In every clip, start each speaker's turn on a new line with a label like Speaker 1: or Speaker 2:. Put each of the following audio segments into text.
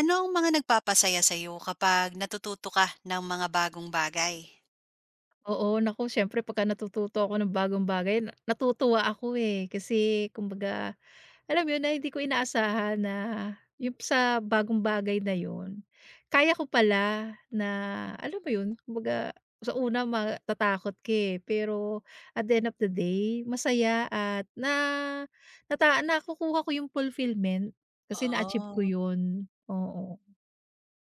Speaker 1: Ano ang mga nagpapasaya sa iyo kapag natututo ka ng mga bagong bagay?
Speaker 2: Oo, naku siyempre pagka natututo ako ng bagong bagay na natutuwa ako, eh. Kasi kumbaga, alam mo yun, na hindi ko inaasahan na yung sa bagong bagay na yun, kaya ko pala na alam mo yun, kumbaga sa una matatakot ka, eh, pero at the end of the day masaya at na nakukuha ko yung fulfillment kasi na-achieve ko
Speaker 1: Oo.
Speaker 2: yun, oo.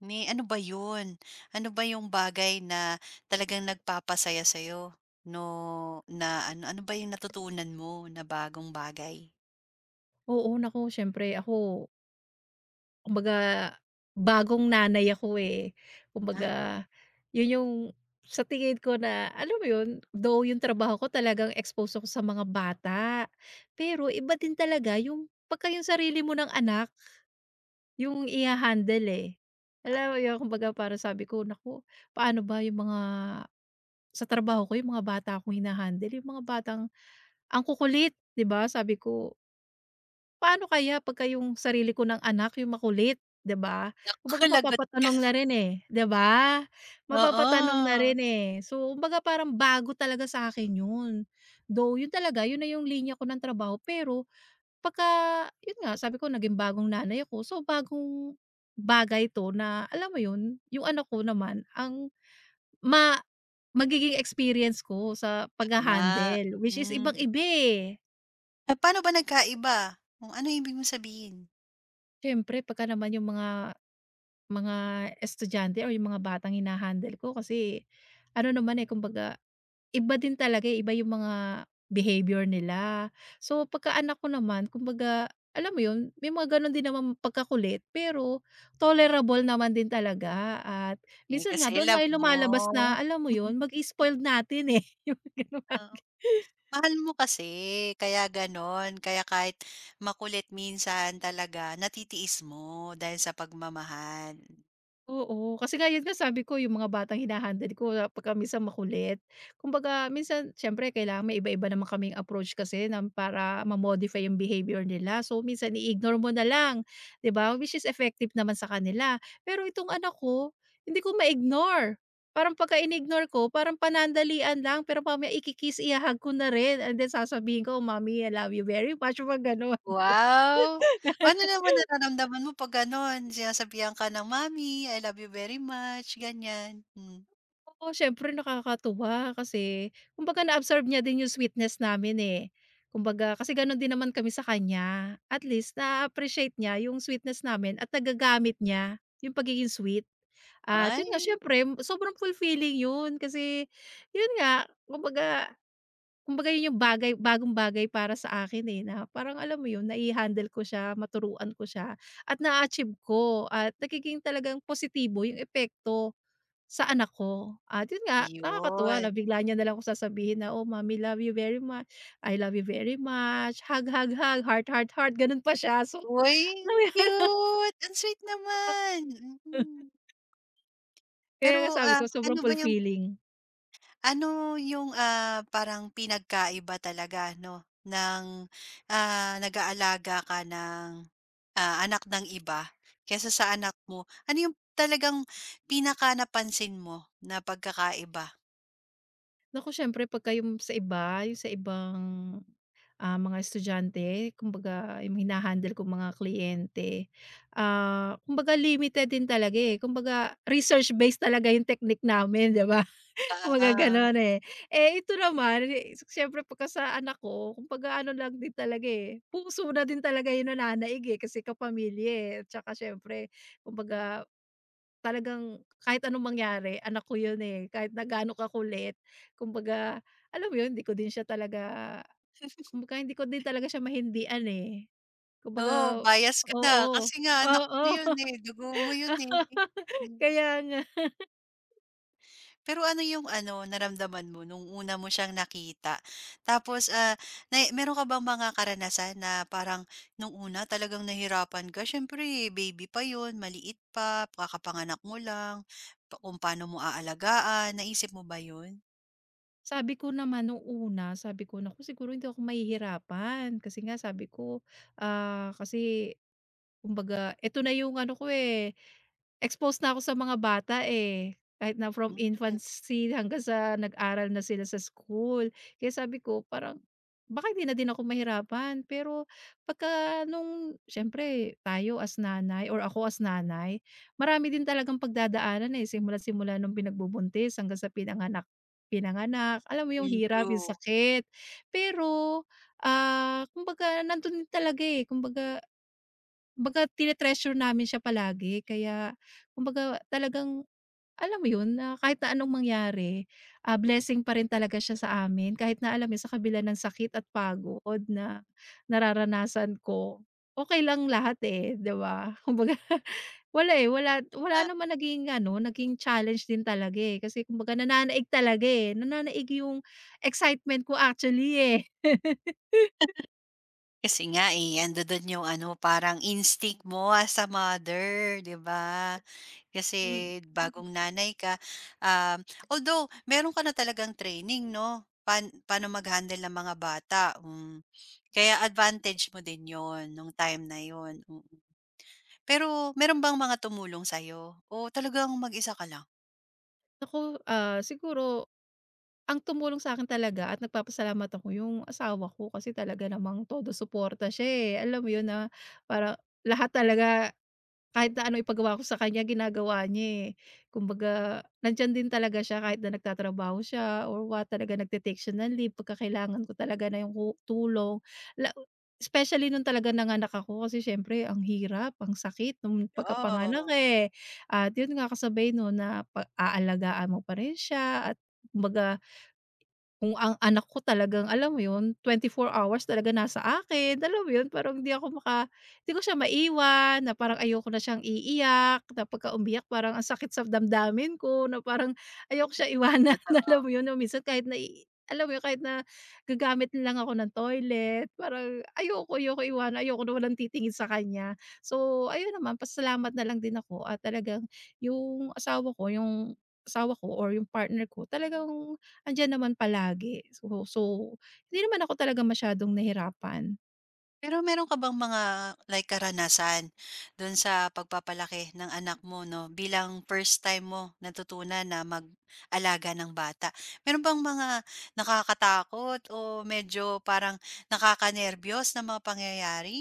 Speaker 1: Ni ano ba yun? Ano ba yung bagay na talagang nagpapasaya sa iyo? No, na ano ano ba yung natutunan mo na bagong bagay?
Speaker 2: Oo, naku siyempre ako. Kumbaga, bagong nanay ako, eh.
Speaker 1: Ah,
Speaker 2: Kumbaga, 'yun yung sa tingin ko na alam mo 'yun, though yung trabaho ko talagang expose ako sa mga bata, pero iba din talaga yung pagka yung sarili mo ng anak yung iha-handle, eh. Alam
Speaker 1: oo.
Speaker 2: mo 'yun, kumbaga parang sabi ko, "Naku, paano ba yung mga." Sa trabaho ko yung mga bata akong hina-handle, yung mga batang ang kukulit, 'di ba, sabi ko. Paano kaya pagka yung sarili ko ng anak yung makulit, 'di ba?
Speaker 1: Naku,
Speaker 2: Kumbaga
Speaker 1: lagot.
Speaker 2: mapapatanong na rin, eh, 'di ba? Mapapatanong na
Speaker 1: Oo.
Speaker 2: rin, eh. So, kumbaga parang bago talaga sa akin yun. Though yun talaga, yun na yung linya ko ng trabaho pero pagka yun nga, sabi ko naging bagong nanay ako, so bagong bagay 'to na alam mo yun, yung anak ko naman ang ma magiging experience ko sa
Speaker 1: Tama,
Speaker 2: pagha-handle, which is
Speaker 1: mm.
Speaker 2: ibang-iba, eh.
Speaker 1: Eh, paano ba nagkaiba? Oh, ano ibig mong sabihin?
Speaker 2: Siyempre pagka naman yung mga Mga estudyante or yung mga batang ko kasi ano naman, eh, kumbaga iba din talaga, eh, iba yung mga behavior nila. So, pagka anak ko naman kumbaga alam mo yun, may mga gano'n din naman pagkakulit pero tolerable naman din talaga at
Speaker 1: Eh,
Speaker 2: minsan nga
Speaker 1: kasi
Speaker 2: doon nga
Speaker 1: love
Speaker 2: yung lumalabas
Speaker 1: mo.
Speaker 2: na alam mo yun, mag spoiled natin, eh, yung mga
Speaker 1: Oo.
Speaker 2: bagay.
Speaker 1: Mahal mo kasi, kaya gano'n. Kaya kahit makulit minsan talaga, natitiis mo dahil sa pagmamahal.
Speaker 2: Oo, kasi nga yun nga sabi ko yung mga batang hina-handle ko na pagka minsan makulit. Kumbaga minsan siyempre kailangan may iba-iba naman kaming approach kasi ng para ma-modify yung behavior nila. So minsan i-ignore mo na lang, 'di ba? Which is effective naman sa kanila. Pero itong anak ko, hindi ko ma-ignore. Parang pagka in-ignore ko, parang panandalian lang pero mamaya iki-kiss, ihahag ko na rin and then sasabihin ko, "Mommy, I love you very much," mga gano'n, 'di ba?
Speaker 1: Wow! Ano naman nararamdaman mo 'pag gano'n, sinasabihan ka ng, mami I love you very much," ganyan? Hmm.
Speaker 2: Oo, siyempre nakakatuwa kasi kumbaga na-absorb niya din yung sweetness namin, eh. Kumbaga kasi gano'n din naman kami sa kanya. At least na appreciate niya yung sweetness namin at nagagamit niya yung pagiging sweet. At yun nga
Speaker 1: Ay,
Speaker 2: siyempre sobrang fulfilling yun kasi yun nga kumbaga kumbaga yun yung bagong bagay para sa akin, eh, na parang alam mo yun, nai-handle ko siya, maturuan ko siya at na achieve ko at nagiging talagang positibo yung epekto. Sa anak ko at yun nga nakakatuwa
Speaker 1: yun.
Speaker 2: na bigla niya nalang kung sasabihin na, "Oh mommy love you very much, I love you very much, hug, hug, hug, heart, heart, heart." Ganun pa siya so
Speaker 1: Uy,
Speaker 2: alam
Speaker 1: ang
Speaker 2: mo yun?
Speaker 1: cute! Ang sweet naman, mm.
Speaker 2: Kaya
Speaker 1: Pero,
Speaker 2: nga sabi ko
Speaker 1: ano
Speaker 2: sobrang
Speaker 1: ba yung
Speaker 2: fulfilling.
Speaker 1: Ano yung, parang pinagkaiba talaga 'no, ng, nag-aalaga ka ng, anak ng iba kaysa sa anak mo? Ano yung talagang pinaka napansin mo na pagkakaiba?
Speaker 2: Naku siyempre pagka yung sa iba, yung sa ibang, mga estudyante kumbaga yung hina-handle kong mga kliyente, kumbaga limited din talaga, eh, kumbaga research based talaga yung technique namin, 'di ba? Kumbaga
Speaker 1: Ah,
Speaker 2: gano'n, eh. Eh, ito naman, eh, siyempre pagka sa anak ko kumbaga ano lang din talaga, eh, puso na din talaga 'yung nananaig, eh, kasi kapamilya, eh, at saka siyempre kumbaga talagang kahit anong mangyari anak ko 'yun, eh, kahit na gaano kakulit. Kumbaga alam mo 'yun, hindi ko din siya talaga kumbaga hindi ko din talaga siya mahindian, eh.
Speaker 1: oo
Speaker 2: Kumbaga
Speaker 1: bias ka na
Speaker 2: oo,
Speaker 1: kasi nga
Speaker 2: oo,
Speaker 1: anak mo yun, eh, dugo mo yun, eh. Hmm.
Speaker 2: kaya nga.
Speaker 1: Pero ano yung ano, naramdaman mo nung una mo siyang nakita? Tapos, na meron ka bang mga karanasan na parang nung una talagang nahirapan ka? Siyempre, baby pa yun, maliit pa, kakapanganak mo lang, pa kung paano mo aalagaan, naisip mo ba yun?
Speaker 2: Sabi ko naman nung una, sabi ko, "Naku, siguro hindi ako mahihirapan." Kasi nga sabi ko, kasi kumbaga eto na yung ano ko, eh, exposed na ako sa mga bata, eh, kahit na from
Speaker 1: Mm,
Speaker 2: infancy hanggang sa nag-aral na sila sa school. Kaya sabi ko parang baka hindi na din ako mahirapan, pero pagka nung siyempre tayo as nanay or ako as nanay, marami din talagang pagdadaanan, eh, simula't-simula nung pinagbubuntis hanggang sa pinanganak pinanganak. Alam mo yung
Speaker 1: mm,
Speaker 2: hirap, yung
Speaker 1: true.
Speaker 2: sakit, pero, kumbaga nandun din talaga, eh, kumbaga Kumbaga tine-treasure namin siya palagi kaya kumbaga talagang alam mo yun, na kahit na anong mangyari, blessing pa rin talaga siya sa amin kahit na alam mo yun, sa kabila ng sakit at pagod na nararanasan ko, okay lang lahat, eh, 'di ba? Kumbaga wala, eh, wala wala
Speaker 1: Ah,
Speaker 2: naman naging ano, naging challenge din talaga, eh, kasi kumbaga nananaig talaga, eh, nananaig yung excitement ko actually, eh.
Speaker 1: kasi nga eh, andodon yung ano, parang instinct mo as a mother, 'di ba? Kasi
Speaker 2: Mm.
Speaker 1: bagong nanay ka, um, although meron ka na talagang training 'no, paano mag-handle ng mga bata, hmm. Kaya advantage mo din 'yon nung time na 'yon, mm. Pero meron bang mga tumulong sa'yo o talagang mag-isa ka lang?
Speaker 2: Naku, siguro. Ang tumulong sa akin talaga at nagpapasalamat ako yung asawa ko kasi talaga namang todo suporta siya, eh. Alam mo yun na para lahat talaga kahit na ano ipagawa ko sa kanya ginagawa niya, eh. Kumbaga nandyan din talaga siya kahit na nagtatrabaho siya or what, talaga nagte-take siya ng leave pagka kailangan ko talaga na yung tulong. La Especially nung talaga nanganak ako kasi siyempre ang hirap, ang sakit nung pagkapanganak,
Speaker 1: Yeah.
Speaker 2: eh. At yun nga kasabay no na pa aalagaan mo pa rin siya at kumbaga kung ang anak ko talagang alam mo 'yun, 24 hours talaga nasa akin, alam mo 'yun, parang hindi ako maka hindi ko siya maiwan na parang ayoko na siyang iiyak, na pagka umiyak parang ang sakit sa damdamin ko na parang ayoko siya iwanan, alam mo 'yun, na minsan kahit alam mo 'yun, kahit na gagamit lang ako ng toilet, parang ayoko ayoko iwanan, ayoko na walang titingin sa kanya. So, ayun naman pasalamat na lang din ako at talagang yung asawa ko or yung partner ko talagang andiyan naman palagi. So, hindi naman ako talaga masyadong nahirapan.
Speaker 1: Pero meron ka bang mga like karanasan do'n sa pagpapalaki ng anak mo 'no, bilang first time mo natutunan na mag-alaga ng bata. Meron bang mga nakakatakot o medyo parang nakakanerbiyos na mga pangyayari?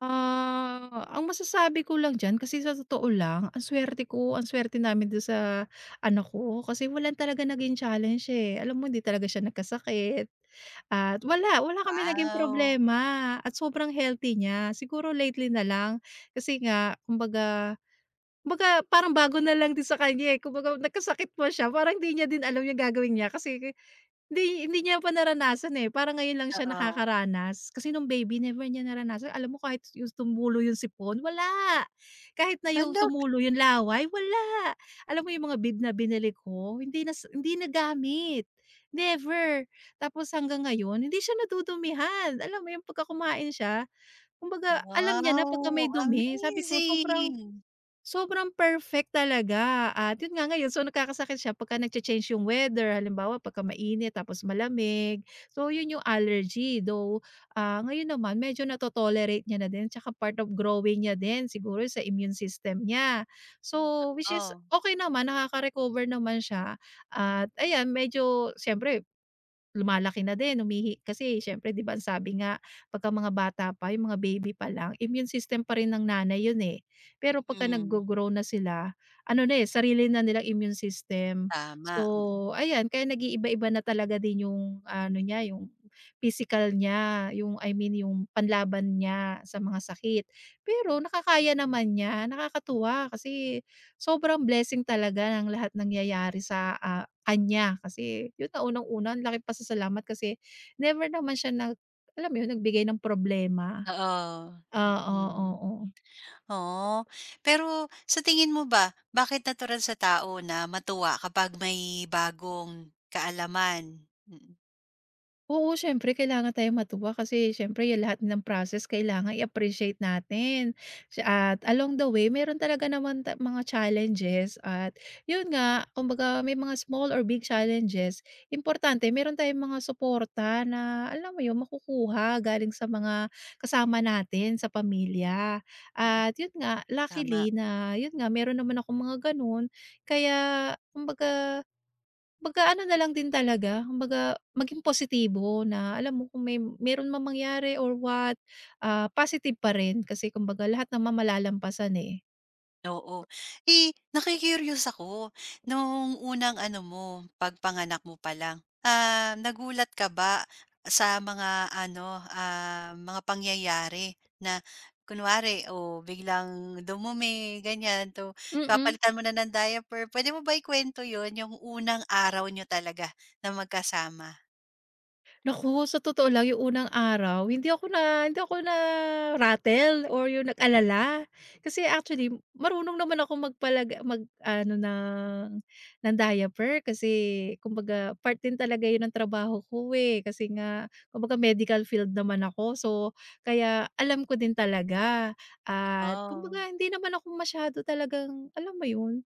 Speaker 2: Ah, ang masasabi ko lang diyan kasi sa totoo lang ang swerte ko, ang swerte namin dun sa anak ko kasi wala talaga naging challenge, eh. Alam mo hindi talaga siya nagkasakit at wala, kami naging
Speaker 1: Wow,
Speaker 2: problema at sobrang healthy niya. Siguro lately na lang kasi nga kumbaga kumbaga parang bago na lang din sa kanya, eh. Kumbaga nagkasakit pa siya parang hindi niya din alam yung gagawin niya kasi Hindi hindi niya pa naranasan, eh, parang ngayon lang siya
Speaker 1: oo.
Speaker 2: nakakaranas. Kasi nung baby never niya naranasan. Alam mo kahit yung tumulo yung sipon, wala. Kahit na yung
Speaker 1: Talag
Speaker 2: tumulo yung laway, wala. Alam mo yung mga bib na binili ko, hindi nagamit, never. Tapos hanggang ngayon hindi siya nadudumihan. Alam mo yung pagka kumain siya, kumbaga alam niya na pagka may
Speaker 1: wow,
Speaker 2: dumi. Sabi ko sobrang.
Speaker 1: amazing.
Speaker 2: Sobrang perfect talaga at yun nga ngayon so nagkakasakit siya pagka nagcha-change yung weather halimbawa pagka mainit tapos malamig. So yun yung allergy though, ngayon naman medyo nato-tolerate niya na din tsaka part of growing niya din siguro sa immune system niya. So which is
Speaker 1: Oh,
Speaker 2: okay naman nakaka-recover naman siya at ayan medyo siyempre. Lumalaki na din, kasi siyempre 'di ba ang sabi nga pagka mga bata pa, yung mga baby pa lang, immune system pa rin ng nanay yun, eh. Pero pagka
Speaker 1: mm,
Speaker 2: naggo-grow na sila, ano na, eh, sarili na nilang immune system.
Speaker 1: tama, mm.
Speaker 2: So, ayan kaya nag-iiba-iba na talaga din yung ano niya, yung physical niya, yung I mean yung panlaban niya sa mga sakit. Pero nakakaya naman niya, nakakatuwa kasi sobrang blessing talaga ng lahat nangyayari sa, kanya kasi yun na unang-una ang laki pasasalamat kasi never naman siya alam mo yun, nagbigay ng problema.
Speaker 1: Oo,
Speaker 2: Oo, oo,
Speaker 1: mm.
Speaker 2: oo.
Speaker 1: Oo. Pero sa tingin mo ba, bakit natural sa tao na matuwa kapag may bagong kaalaman? Mm,
Speaker 2: Oo, siyempre kailangan tayong matuwa kasi siyempre yung lahat ng process kailangan i-appreciate natin. Siya at along the way meron talaga naman mga challenges at yun nga, kumbaga may mga small or big challenges, importante meron tayong mga suporta na alam mo yun, makukuha galing sa mga kasama natin sa pamilya.
Speaker 1: mm,
Speaker 2: At yun nga,
Speaker 1: tama.
Speaker 2: luckily na yun nga meron naman ako mga ganun kaya kumbaga Kumbaga ano na lang din talaga, kumbaga maging positibo na alam mo kung may meron mang mangyari or what, positive pa rin kasi kumbaga lahat naman malalampasan, eh.
Speaker 1: Oo. Eh, naku ako, nung unang ano mo, pagpanganak mo pa lang, nagulat ka ba sa mga ano, mga pangyayari na kunwari, oh, biglang dumumi, ganyan, to
Speaker 2: Mm.
Speaker 1: kapalitan mo na ng diaper. Puwede mo ba ikwento yon yung unang araw nyo talaga na magkasama?
Speaker 2: Naku, sa totoo lang yung unang araw hindi ako na-rattle or yung nag-alala. Kasi actually marunong naman ako magpalag mag-ano ng diaper kasi kumbaga part din talaga yun ng trabaho ko, eh. Kasi nga kumbaga medical field naman ako so kaya alam ko din talaga at
Speaker 1: Oh,
Speaker 2: kumbaga hindi naman ako masyado talagang alam mo yun?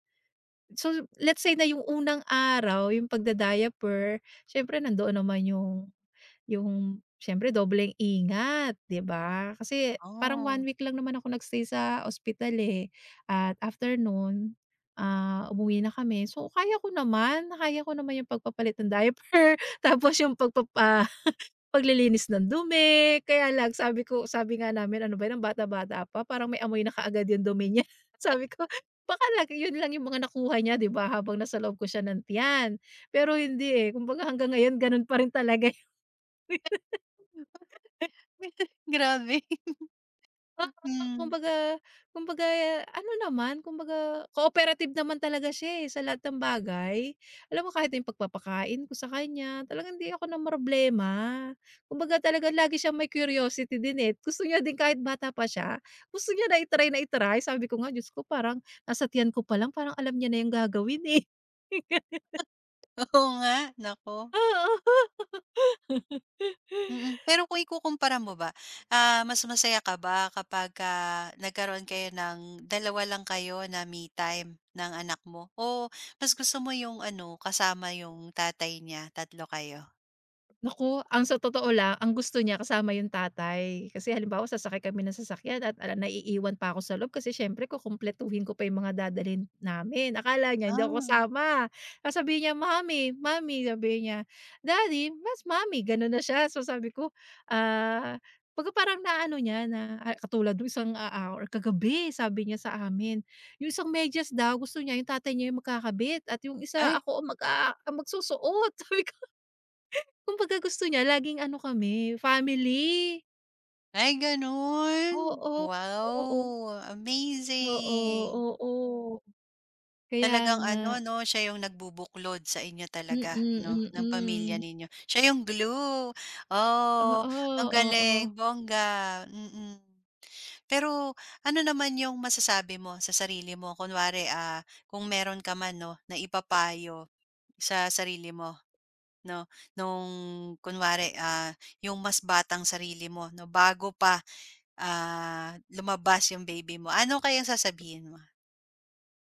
Speaker 2: So, let's say na yung unang araw yung pagda-diaper siyempre nandoon naman yung siyempre dobleng ingat, 'di ba? Kasi parang one
Speaker 1: oh.
Speaker 2: week lang naman ako sa ospital, eh, at after nun, umuwi na kami. So, kaya ko naman yung pagpapalit ng diaper, tapos yung paglilinis ng dumi. Kaya lang sabi ko sabi nga namin, "Ano ba yan, ang bata-bata pa, parang may amoy na kaagad yung dumi niya." Sabi ko, "Baka lang yun lang yung mga nakuha niya, 'di ba, habang nasa loob ko siya ng tiyan." Pero hindi, eh, kumbaga hanggang ngayon ganun pa rin talaga.
Speaker 1: Grabe.
Speaker 2: Oo,
Speaker 1: Hmm,
Speaker 2: kumbaga kumbaga ano naman, kumbaga cooperative naman talaga siya, eh, sa lahat ng bagay. Alam mo kahit yung pagpapakain ko sa kanya, talagang hindi ako namroblema. Kumbaga talaga lagi siyang may curiosity din, eh. Gusto niya din kahit bata pa siya, gusto niya na i-try na i-try. Sabi ko nga, Diyos ko parang nasa tiyan ko pa lang parang alam niya na yung gagawin, eh.
Speaker 1: oo nga, naku.
Speaker 2: Oo.
Speaker 1: Mm, pero kung ikukumpara mo ba, mas masaya ka ba kapagka nagkaroon kayo ng dalawa lang kayo na me time ng anak mo o mas gusto mo yung ano, kasama yung tatay niya, tatlo kayo?
Speaker 2: Naku, ang sa totoo lang, ang gusto niya kasama yung tatay. Kasi halimbawa sasakay kami ng sasakyan at ala naiiwan pa ako sa loob kasi siyempre kukumpletuhin ko pa yung mga dadalhin namin. Akala niya hindi ako
Speaker 1: Ah,
Speaker 2: kasama. Sasabihin niya, mami mami sabi niya, "Daddy, mas mami." Gano'n na siya. So sabi ko, ah, pagka parang naano niya na, katulad nung isang, or kagabi sabi niya sa amin, yung isang medyas daw gusto niya yung tatay niya yung magkakabit at yung isa
Speaker 1: ay
Speaker 2: ako ang magsusuot. Kumbaga gusto niya laging ano kami, family.
Speaker 1: ay gano'n?
Speaker 2: Oo,
Speaker 1: Wow,
Speaker 2: oo, oo,
Speaker 1: amazing.
Speaker 2: oo. Kaya
Speaker 1: Talagang
Speaker 2: nga.
Speaker 1: ano 'no, siya yung nagbubuklod sa inyo talaga 'no,
Speaker 2: Mm,
Speaker 1: ng pamilya
Speaker 2: mm.
Speaker 1: ninyo. Siya yung glue. Oh,
Speaker 2: Oo,
Speaker 1: ang
Speaker 2: oo.
Speaker 1: galing, bongga, mm. Pero ano naman yung masasabi mo sa sarili mo kunwari, kung meron ka man 'no, na ipapayo sa sarili mo 'no, nung kunwari, yung mas batang sarili mo 'no, bago pa, lumabas yung baby mo, ano kayang sasabihin mo?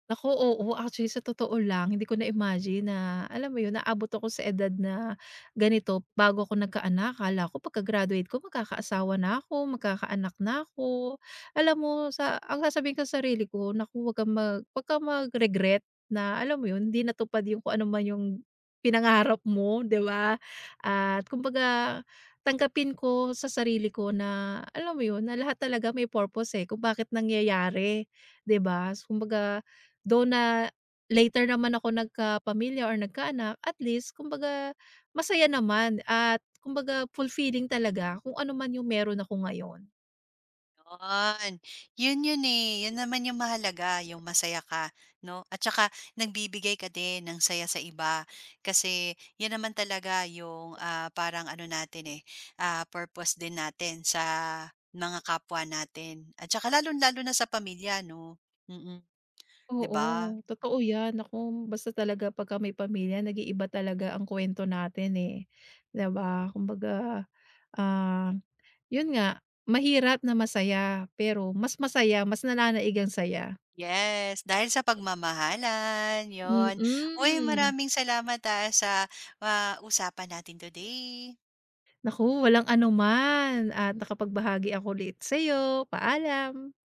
Speaker 2: Naku, oo. Actually, sa totoo lang, hindi ko na-imagine na, alam mo 'yun, naabot ako sa edad na ganito bago ako nagkaanak. Akala ko pagka-graduate ko magkakaasawa na ako, magkakaanak na ako. Alam mo sa ang sasabihin ko sa sarili ko, "Naku, 'wag kang mag-regret na, alam mo 'yun, hindi natupad yung kung ano man yung pinangarap mo." 'Di ba? At kumbaga tanggapin ko sa sarili ko na, alam mo 'yun, na lahat talaga may purpose, eh, kung bakit nangyayari, 'di ba? Kumbaga. Though na later naman ako nagkapamilya or nagkaanak, at least kumbaga masaya naman at kumbaga fulfilling talaga kung ano man yung meron ako ngayon.
Speaker 1: Yun. Yun yun, eh, yun naman yung mahalaga yung masaya ka 'no, at saka nagbibigay ka din ng saya sa iba. Kasi yun naman talaga yung, parang ano natin, eh, purpose din natin sa mga kapwa natin at saka lalong-lalo na sa pamilya 'no, mm, 'di
Speaker 2: Oo,
Speaker 1: ba?
Speaker 2: totoo 'yan. Naku, basta talaga pagka may pamilya nag-iiba talaga ang kuwento natin, eh, 'di ba? Kumbaga, ah, 'yun nga, mahirap na masaya, pero mas masaya, mas nananaig ang saya.
Speaker 1: Yes, dahil sa pagmamahalan, yon. Uy,
Speaker 2: Mm.
Speaker 1: maraming salamat, sa, usapan natin today.
Speaker 2: Naku, walang anuman at nakapagbahagi ako ulit sa'yo. Paalam.